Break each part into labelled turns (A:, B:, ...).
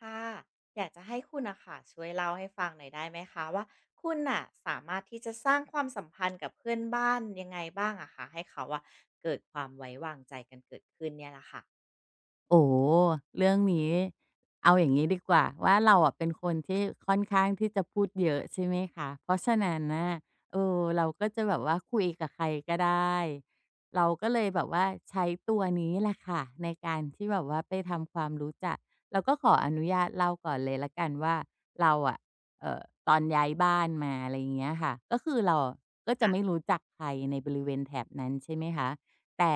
A: ค่ะอยากจะให้คุณนะค่ะช่วยเล่าให้ฟังหน่อยได้ไหมคะว่าคุณน่ะสามารถที่จะสร้างความสัมพันธ์กับเพื่อนบ้านยังไงบ้างอะคะให้เขาอะเกิดความไว้วางใจกันเกิดขึ้นเนี่ยละค่ะ
B: โอ้เรื่องนี้เอาอย่างนี้ดีกว่าว่าเราอะเป็นคนที่ค่อนข้างที่จะพูดเยอะใช่ไหมคะเพราะฉะนั้นน่ะเราก็จะแบบว่าคุยกับใครก็ได้เราก็เลยแบบว่าใช้ตัวนี้แหละค่ะในการที่แบบว่าไปทำความรู้จักเราก็ขออนุญาตเล่าก่อนเลยแล้วกันว่าเราอะเอ่อตอนย้ายบ้านมาอะไรอย่างเงี้ยค่ะก็คือเราอะก็จะ
A: ค่ะ
B: ไม่รู้จักใครในบริเวณแถบนั้นใช่ไหมคะแต่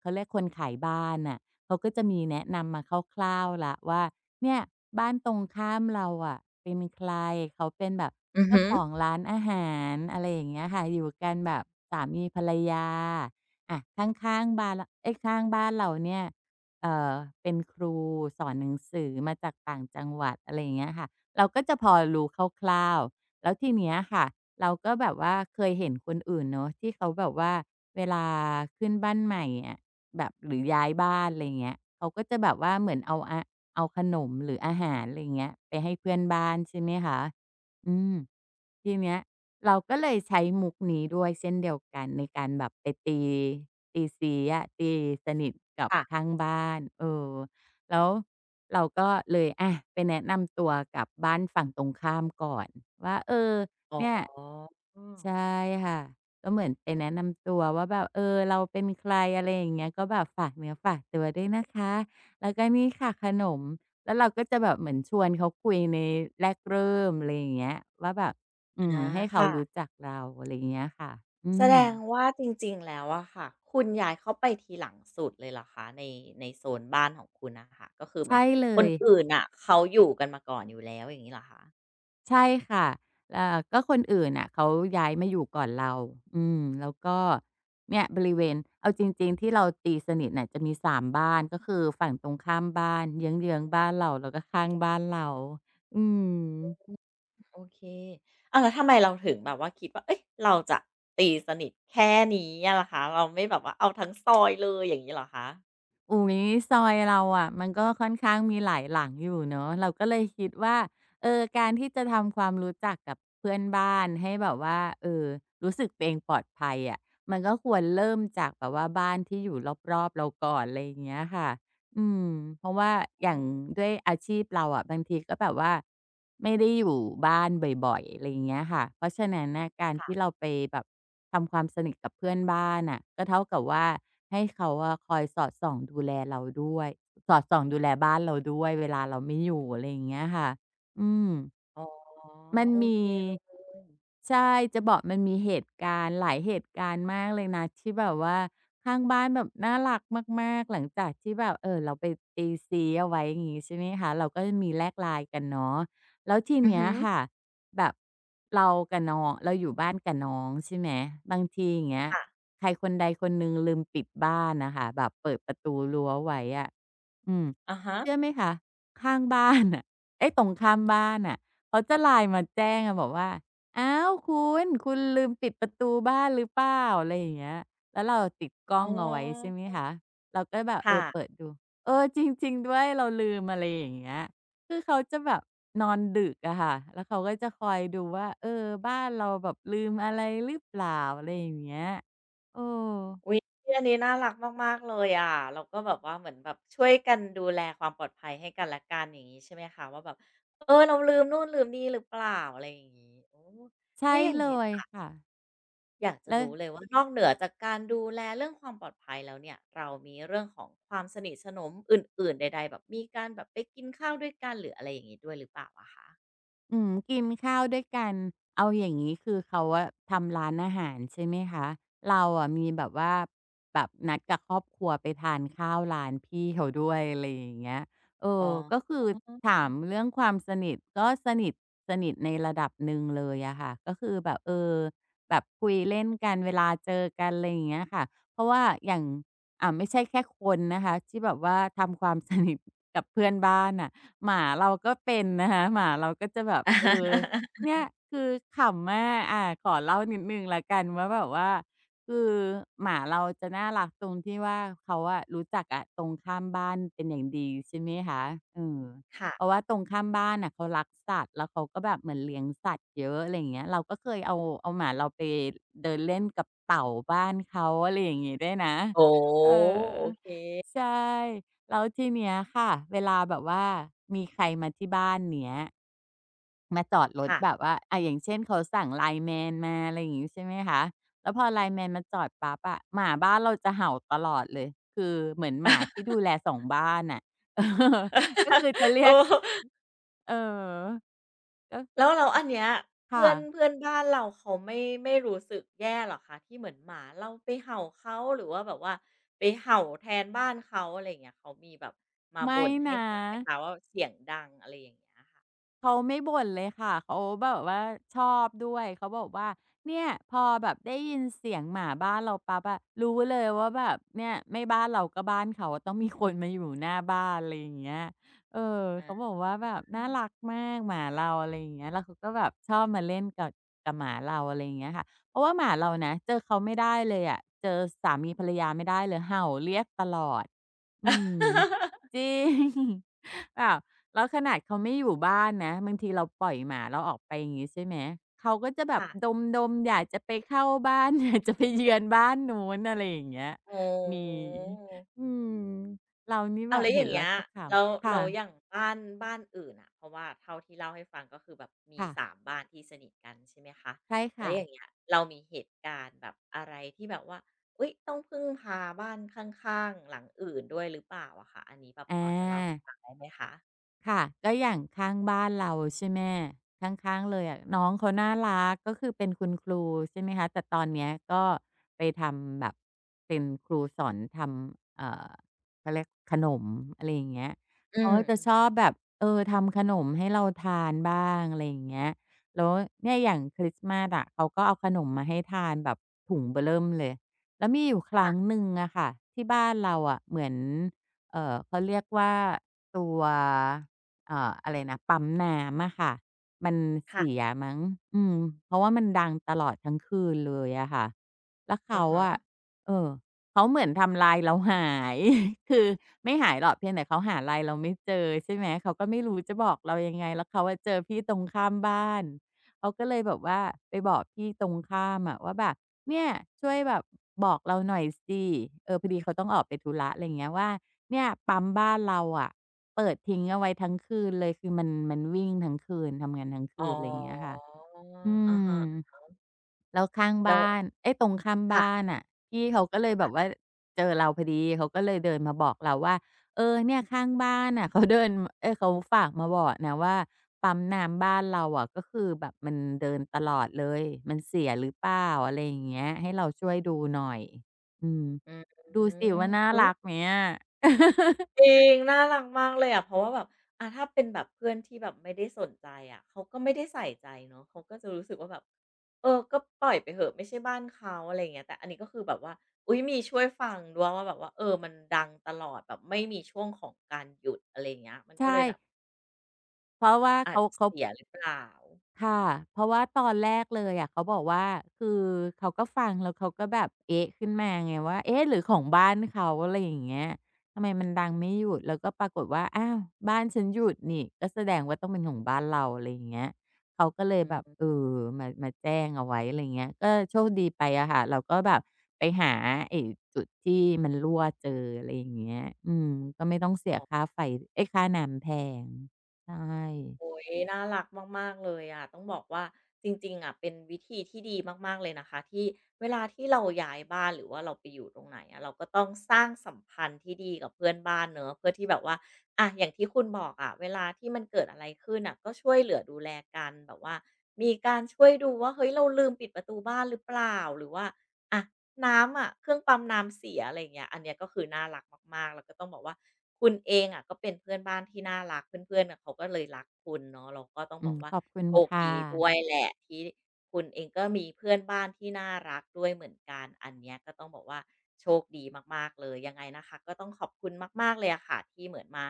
B: เขาเรียกคนขายบ้านน่ะ เขาก็จะมีแนะนำมาคร่าวๆล้วว่าเนี่ยบ้านตรงข้ามเราอะเป็นใครเขาเป็นแบบ
A: อือฮ
B: เจ้าของร้านอาหารอะไรอย่างเงี้ยค่ะอยู่กันแบบสามีภรรยาอะข้างๆบ้านละเอยข้างบ้านเราเนี่ยเอ่อเป็นครูสอนหนังสือมาจากต่างจังหวัดอะไรอย่างเงี้ยค่ะเราก็จะพอรู้คร่าวๆแล้วทีเนี้ยค่ะเราก็แบบว่าเคยเห็นคนอื่นเนาะที่เขาแบบว่าเวลาขึ้นบ้านใหม่อะ แบบหรือย้ายบ้านอะไรเงี้ยเขาก็จะแบบว่าเหมือนเอาอะเอาขนมหรืออาหารอะไรเงี้ยไปให้เพื่อนบ้านใช่ไหมคะอืมทีเนี้ยเราก็เลยใช้มุกนี้ด้วยเช่นเดียวกันในการแบบไปตีตีซี้อะตีสนิทกับ
A: ค่ะ
B: ข้างบ้านแล้วเราก็เลยอะไปแนะนำตัวกับบ้านฝั่งตรงข้ามก่อนว่า
A: อ๋อ
B: เนี่ย
A: อ
B: ใช่ค่ะ ก็เหมือนไปแนะนำตัวว่าแบบเราเป็นใครอะไรอย่างเงี้ยก็แบบฝากเนื้อฝากตัวด้วยนะคะแล้วก็นี่ค่ะขนมแล้วเราก็จะแบบเหมือนชวนเขาคุยในแรกเริ่มอะไรอย่างเงี้ยว่าแบบอืม
A: า
B: ให้เขารู้
A: ค่ะ
B: จักเราอะไรอย่างเงี้ยค่ะอื
A: แส
B: ม
A: ดงว่าจริงๆแล้วอะค่ะคุณย้ายเข้าไปทีหลังสุดเลยเหรอคะในโซนบ้านของคุณนะค่ะก็คือเหมื
B: ใช่
A: อน
B: เล
A: คน
B: ย
A: อื่นอะเขาอยู่กันมาก่อนอยู่แล้วอย่างนี้เหรอคะ
B: ใช่ค่ะก็คนอื่นน่ะเขาย้ายมาอยู่ก่อนเราอืมแล้วก็เนี่ยบริเวณเอาจริงๆที่เราตีสนิทน่ะจะมีสามบ้านก็คือฝั่งตรงข้ามบ้านเยื้องๆบ้านเราแล้วก็ข้างบ้านเราอืม
A: โอเคอ้าวแล้วทำไมเราถึงแบบว่าคิดว่าเอ้ยเราจะตีสนิทแค่นี้อะล่ะคะเราไม่แบบว่าเอาทั้งซอยเลยอย่างงี้เหรอคะ
B: อุ๊ยซอยเราอะมันก็ค่อนข้างมีหลายหลังอยู่เนาะเราก็เลยคิดว่าการที่จะทำความรู้จักกับเพื่อนบ้านให้แบบว่ารู้สึกตัวเองปลอดภัยอะมันก็ควรเริ่มจากแบบว่าบ้านที่อยู่รอบๆเราก่อนอะไรอย่างเงี้ยค่ะ อืมเพราะว่า
A: อื
B: อย่าง
A: ม
B: ด้ว
A: อื
B: ย
A: อ
B: อาชีพเราอะบางทีก็แบบว่าไม่ได้อยู่บ้านบ่อยๆอะไรอย่างเงี้ยค่ะเพราะฉะนั้นน่ะการ
A: ๆค่ะ
B: ที่เราไปแบบทำความสนิทกับเพื่อนบ้านน่ะก็เท่ากับว่าให้เขาอะคอยสอดส่องดูแลเราด้วยสอดส่องดูแลบ้านเราด้วยเวลาเราไม่อยู่อะไรอย่างเงี้ยค่ะ อืม
A: อ๋อ
B: มัน
A: โอ
B: มี
A: เคเลย
B: ใช่จะบอกมันมีเหตุการณ์หลายเหตุการณ์มากเลยนะที่แบบว่าข้างบ้านแบบน่ารักมากๆหลังจากที่แบบเราไปตีซี้เอาไว้อย่างงี้ใช่ไหมคะเราก็จะมีแลก LINE กันเนาะแล้วที
A: อือ
B: เนี้ย
A: ฮึ
B: ค่ะแบบเรากับน้องเราอยู่บ้านกับน้องใช่ไหมบางทีอย่างเงี้ย
A: ค่ะ
B: ใครคนใดคนหนึ่งลืมปิดบ้านน่ะค่ะแบบเปิดประตูรั้วไว้อะอืม
A: อะฮะ
B: เชื่อไหมคะข้างบ้านน่ะ ไอ้ตรงข้ามบ้านน่ะเขาจะ LINE มาแจ้งอะบอกว่าอ้าวคุณคุณลืมปิดประตูบ้านหรือเปล่าอะไรอย่างเงี้ยแล้วเราติดกล้
A: อ๋
B: อง
A: อ
B: เอาไว้ใช่ไหมคะเราก็แบบ
A: ค่ะ
B: เปิดดูเออจริงๆด้วยเราลืมอะไรอย่างเงี้ยคือเขาจะแบบนอนดึกอะค่ะแล้วเขาก็จะคอยดูว่าบ้านเราแบบลืมอะไรหรือเปล่าอะไรอย่างเงี้ยเออ
A: อุ๊ยอันนี้น่ารักมากๆเลยอะเราก็แบบว่าเหมือนแบบช่วยกันดูแลความปลอดภัยให้กันและกันอย่างงี้ใช่ไหมคะว่าแบบเออเราลืมนู่นลืมนี่หรือเปล่าอะไรอย่างงี้โอ้แล้
B: ใช่
A: วอย่าง
B: เล
A: เงี้
B: ย
A: ย
B: ค่ะ
A: อยากจะ
B: แล้ว
A: รู้เลยว่านอกเหนือจากการดูแลเรื่องความปลอดภัยแล้วเนี่ยเรามีเรื่องของความสนิทสนมอื่นๆใดๆแบบมีการแบบไปกินข้าวด้วยกันหรืออะไรอย่างงี้ด้วยหรือเปล่าอะคะ
B: อืมกินข้าวด้วยกันเอาอย่างงี้คือเขาอะทำร้านอาหารใช่ไหมคะเราอะมีแบบว่าแบบนัดกับครอบครัวไปทานข้าวร้านพี่เขาด้วยอะไรอย่างเงี้ยเอ
A: อ๋อ
B: อก็คือถามเรื่องความสนิทก็สนิทสนิทในระดับหนึ่งเลยอะค่ะก็คือแบบแบบคุยเล่นกันเวลาเจอกันอะไรอย่างเงี้ยค่ะเพราะว่าอย่างไม่ใช่แค่คนนะคะที่แบบว่าทำความ สนิทกับเพื่อนบ้านน่ะ หมาเราก็เป็นนะคะหมาเราก็จะแบบเนี่ยคือขำมากขอเล่านิดหนึ่งแล้วกันว่าแบบว่าคือหมาเราจะน่ารักตรงที่ว่าเขาอะรู้จักอะตรงข้ามบ้านเป็นอย่างดีใช่ไหมคะเออ
A: ค่ะ
B: เพราะ ว่าตรงข้ามบ้านน่ะเขารักสัตว์แล้วเขาก็แบบเหมือนเลี้ยงสัตว์เยอะอะไรอย่างเงี้ยเราก็เคยเอาหมาเราไปเดินเล่นกับเต่าบ้านเขาอะไรอย่างงี้ด้วยนะ
A: โอ้โฮ
B: เอ
A: โอ
B: อ
A: เค
B: ใช่ แล้วทีเนี้ยค่ะเวลาแบบว่ามีใครมาที่บ้านเนี้ยมาจอดรถ
A: ค่ะ
B: แบบว่าอย่างเช่นเขาสั่งไล n e m a มาอะไรอย่างงี้ใช่ไหมคะแล้วพอไล n e m a มาจอดปั๊บอะหมาบ้านเราจะเห่าตลอดเลยคือเหมือนหมาที่ดูแลสองบ้านน่ะ เออก็คือจะ เรี
A: เอ
B: ยก
A: อ
B: เออก็
A: แล้วอันเนี้ยเพื่
B: ค่ะ
A: อนเพื่อนบ้านเราเขาไม่รู้สึกแย่เหรอคะที่เหมือนหมาเราไปเห่าเขาหรือว่าแบบว่าไปเห่าแทนบ้านเขาอะไรอย่างเงี้ยเขามีแบบมา
B: ไม่
A: บ่นให้
B: นะ
A: ฟังไหมคะว่าเสียงดังอะไรอย่างเงี้ยค่ะ
B: เขาไม่บ่นเลยค่ะเขาแบบว่าชอบด้วยเขาบอกว่าเนี่ยพอแบบได้ยินเสียงหมาบ้านเราปั๊บอะรู้เลยว่าแบบเนี่ยไม่บ้านเราก็บ้านเขาต้องมีคนมาอยู่หน้าบ้านอะไรอย่างเงี้ยเออ
A: อา
B: เขาบอกว่าแบบน่ารักมากหมาเราอะไรอย่างเงี้ยแล้วเขาก็แบบชอบมาเล่นกับหมาเราอะไรอย่างเงี้ยค่ะเพราะว่าหมาเรานะเจอเขาไม่ได้เลยอะเจอสามีภรรยาไม่ได้เลยเห่าเรียกตลอด อืมจ ริง แบบแล้วขนาดเขาไม่อยู่บ้านนะบางทีเราปล่อยหมาเราออกไปอย่างงี้ใช่ไหมเขาก็จะแบบ
A: ค่ะ
B: ดมๆอยากจะไปเข้าบ้าน อยากจะไปเยือนบ้านนู้นอะไรอย่างเงี้ย
A: อ๋
B: มี
A: อ
B: อืมเรานี่
A: เอา
B: แบบ
A: แล้วอ
B: เห็
A: ย่า
B: น
A: ง
B: แล้
A: เงี้
B: ว
A: ย
B: จะข
A: แล้ว
B: ำค่ะ
A: เราอย่างบ้านอื่นอะเพราะว่าเท่าที่เล่าให้ฟังก็คือแบบมี
B: ค่ะ
A: สามบ้านที่สนิทกันใช่ไหมคะ
B: ใช่
A: แล้ว
B: ค่ะ
A: อย่างเงี้ยเรามีเหตุการณ์แบบอะไรที่แบบว่าอุ๊ยต้องพึ่งพาบ้านข้างๆหลังอื่นด้วยหรือเปล่าอะคะอันนี้แบบ
B: อา
A: พอจะเล่าให้ฟังได้ไหมคะ
B: ค่ะก็อย่างข้างบ้านเราใช่ไหมข้างๆเลยอะน้องเขาน่ารักก็คือเป็นคุณครูใช่ไหมคะแต่ตอนเนี้ยก็ไปทำแบบเป็นครูสอนทำเขาเรียกขนมอะไรอย่างเงี้ย
A: อื
B: เขา
A: ม
B: ก็จะ
A: อืม
B: ชอ
A: ค่ะ
B: บแบบเออทำขนมให้เราทานบ้างอะไรอย่างเงี้ยแล้วเนี่ยอย่างคริสต์มาสอะเขาก็เอาขนมมาให้ทานแบบถุงเบ้อเริ่มเลยแล้วมีอยู่ครั้ง
A: ค่ะ
B: หนึ่งอะค่ะที่บ้านเราอะเหมือนเขาเรียกว่าตัว อะไรนะปั๊มน้ำอะค่ะมันเสีย
A: ค่ะ
B: มั้งอืมเพราะว่ามันดังตลอดทั้งคืนเลยอะค่ะแล้ว
A: อะ
B: เขาอะ
A: ฮะ
B: เออเขาเหมือนทำลายเราหาย คือไม่หายหรอกเพียงแต่เขาหาไลน์เราไม่เจอใช่ไหมเขาก็ไม่รู้จะบอกเรายังไงแล้วเขาอะเจอพี่ตรงข้ามบ้านเขาก็เลยแบบว่าไปบอกพี่ตรงข้ามอะว่าแบบเนี่ยช่วยแบบบอกเราหน่อยสิเออพอดีเขาต้องออกไปธุระอะไรอย่างเงี้ยว่าเนี่ยปั๊มบ้านเราอะ เปิดทิ้งเอาไว้ทั้งคืนเลยคือมันวิ่งทั้งคืนทำงานทั้ง
A: อ๋
B: คืนอะไรอย่างเงี้ย
A: อ
B: ค่ะอื
A: อา
B: ม
A: ฮะ
B: แล้วข้าง
A: แล้ว
B: บ้านเอ๊ยตรงข้ามบ้าน
A: ค่ะ
B: น่ะพี่เขาก็เลยแบบว่าเจอเราพอดีเขาก็เลยเดินมาบอกเราว่าเออเนี่ยข้างบ้านน่ะ เขาเดินเอ๊ยเขาฝากมาบอกนะว่าปั๊มน้ำบ้านเราอะก็คือแบบมันเดินตลอดเลยมันเสียหรือเปล่าอะไรอย่างเงี้ยให้เราช่วยดูหน่อยอืม
A: อืม
B: ดูสิว่าน่า
A: อุ้ย
B: รักไหมอะ
A: จริงน่ารักมากเลยอะเพราะว่าแบบอาถ้าเป็นแบบเพื่อนที่แบบไม่ได้สนใจอะเขาก็ไม่ได้ใส่ใจเนาะเขาก็จะรู้สึกว่าแบบเออก็ปล่อยไปเหอะไม่ใช่บ้านเขาอะไรอย่างเงี้ยแต่อันนี้ก็คือแบบว่าอุ๊ยมีช่วยฟังด้วยว่าแบบว่าเออมันดังตลอดแบบไม่มีช่วงของการหยุดอะไรอย่างเงี้ยมันก็
B: ใช่
A: เลยแบบ
B: เพราะว่า
A: อาจ
B: เขา
A: เสียหรือเปล่า
B: ค่ะเพราะว่าตอนแรกเลยอะเขาบอกว่าคือเขาก็ฟังแล้วเขาก็แบบเอ๊ะขึ้นมาไงว่าเอ๊ะหรือของบ้านเขาอะไรอย่างเงี้ยทำไมมันดังไม่หยุดแล้วก็ปรากฏว่าอ้าวบ้านฉันหยุดนี่ก็แสดงว่าต้องเป็นของบ้านเราอะไรอย่างเงี้ยเขาก็เลย
A: อื
B: แบบเอ
A: ม
B: อมาแจ้งเอาไว้อะไรอย่างเงี้ยก็โชคดีไปอะค่ะเราก็แบบไปหาไอ้จุดที่มันรั่วเจออะไรอย่างเงี้ยอืมก็ไม่ต้องเสียค่าไฟเอ๊ยค่าน้ำแพงใช่
A: โอ้ยน่ารักมากๆเลยอะต้องบอกว่าจริงๆอะเป็นวิธีที่ดีมากๆเลยนะคะที่เวลาที่เราย้ายบ้านหรือว่าเราไปอยู่ตรงไหนอะเราก็ต้องสร้างสัมพันธ์ที่ดีกับเพื่อนบ้านเนาะเพื่อที่แบบว่าอะอย่างที่คุณบอกอะเวลาที่มันเกิดอะไรขึ้นน่ะก็ช่วยเหลือดูแลกันแบบว่ามีการช่วยดูว่าเฮ้ยเราลืมปิดประตูบ้านหรือเปล่าหรือว่าอะ น้ำอะเครื่องปั๊มน้ำเสียอะไรอย่างเงี้ยอันเนี้ยก็คือน่ารักมากๆแล้วก็ต้องบอกว่าคุณเองอะก็เป็นเพื่อนบ้านที่น่ารักเพื่อนๆน่ะเขาก็เลยรักคุณเนาะเราก็ต้อง
B: อื
A: บอก
B: ม
A: ว่า
B: ขอบคุณ
A: โชค
B: ค่ะ
A: ดีด้วยแหละที่คุณเองก็มีเพื่อนบ้านที่น่ารักด้วยเหมือนกันอันเนี้ยก็ต้องบอกว่าโชคดีมากๆเลยยังไงนะคะก็ต้องขอบคุณมากๆเลยอะค่ะที่เหมือนมา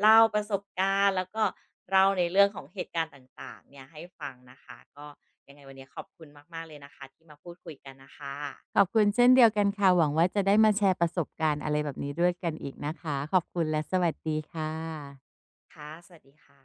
A: เล่าประสบการณ์แล้วก็เล่าในเรื่องของเหตุการณ์ต่างๆเนี่ยให้ฟังนะคะก็ยังไงวันนี้ขอบคุณมากๆเลยนะคะที่มาพูดคุยกันน่ะค่
B: ข
A: ะ
B: อบคุณเช่นเดียวกันค่ะหวังว่าจะได้มาแชร์ประสบการณ์อะไรแบบนี้ด้วยกันอีกนะคะขอบคุณและสวัสดีค่ะ
A: ค่ะสวัสดีค่ะ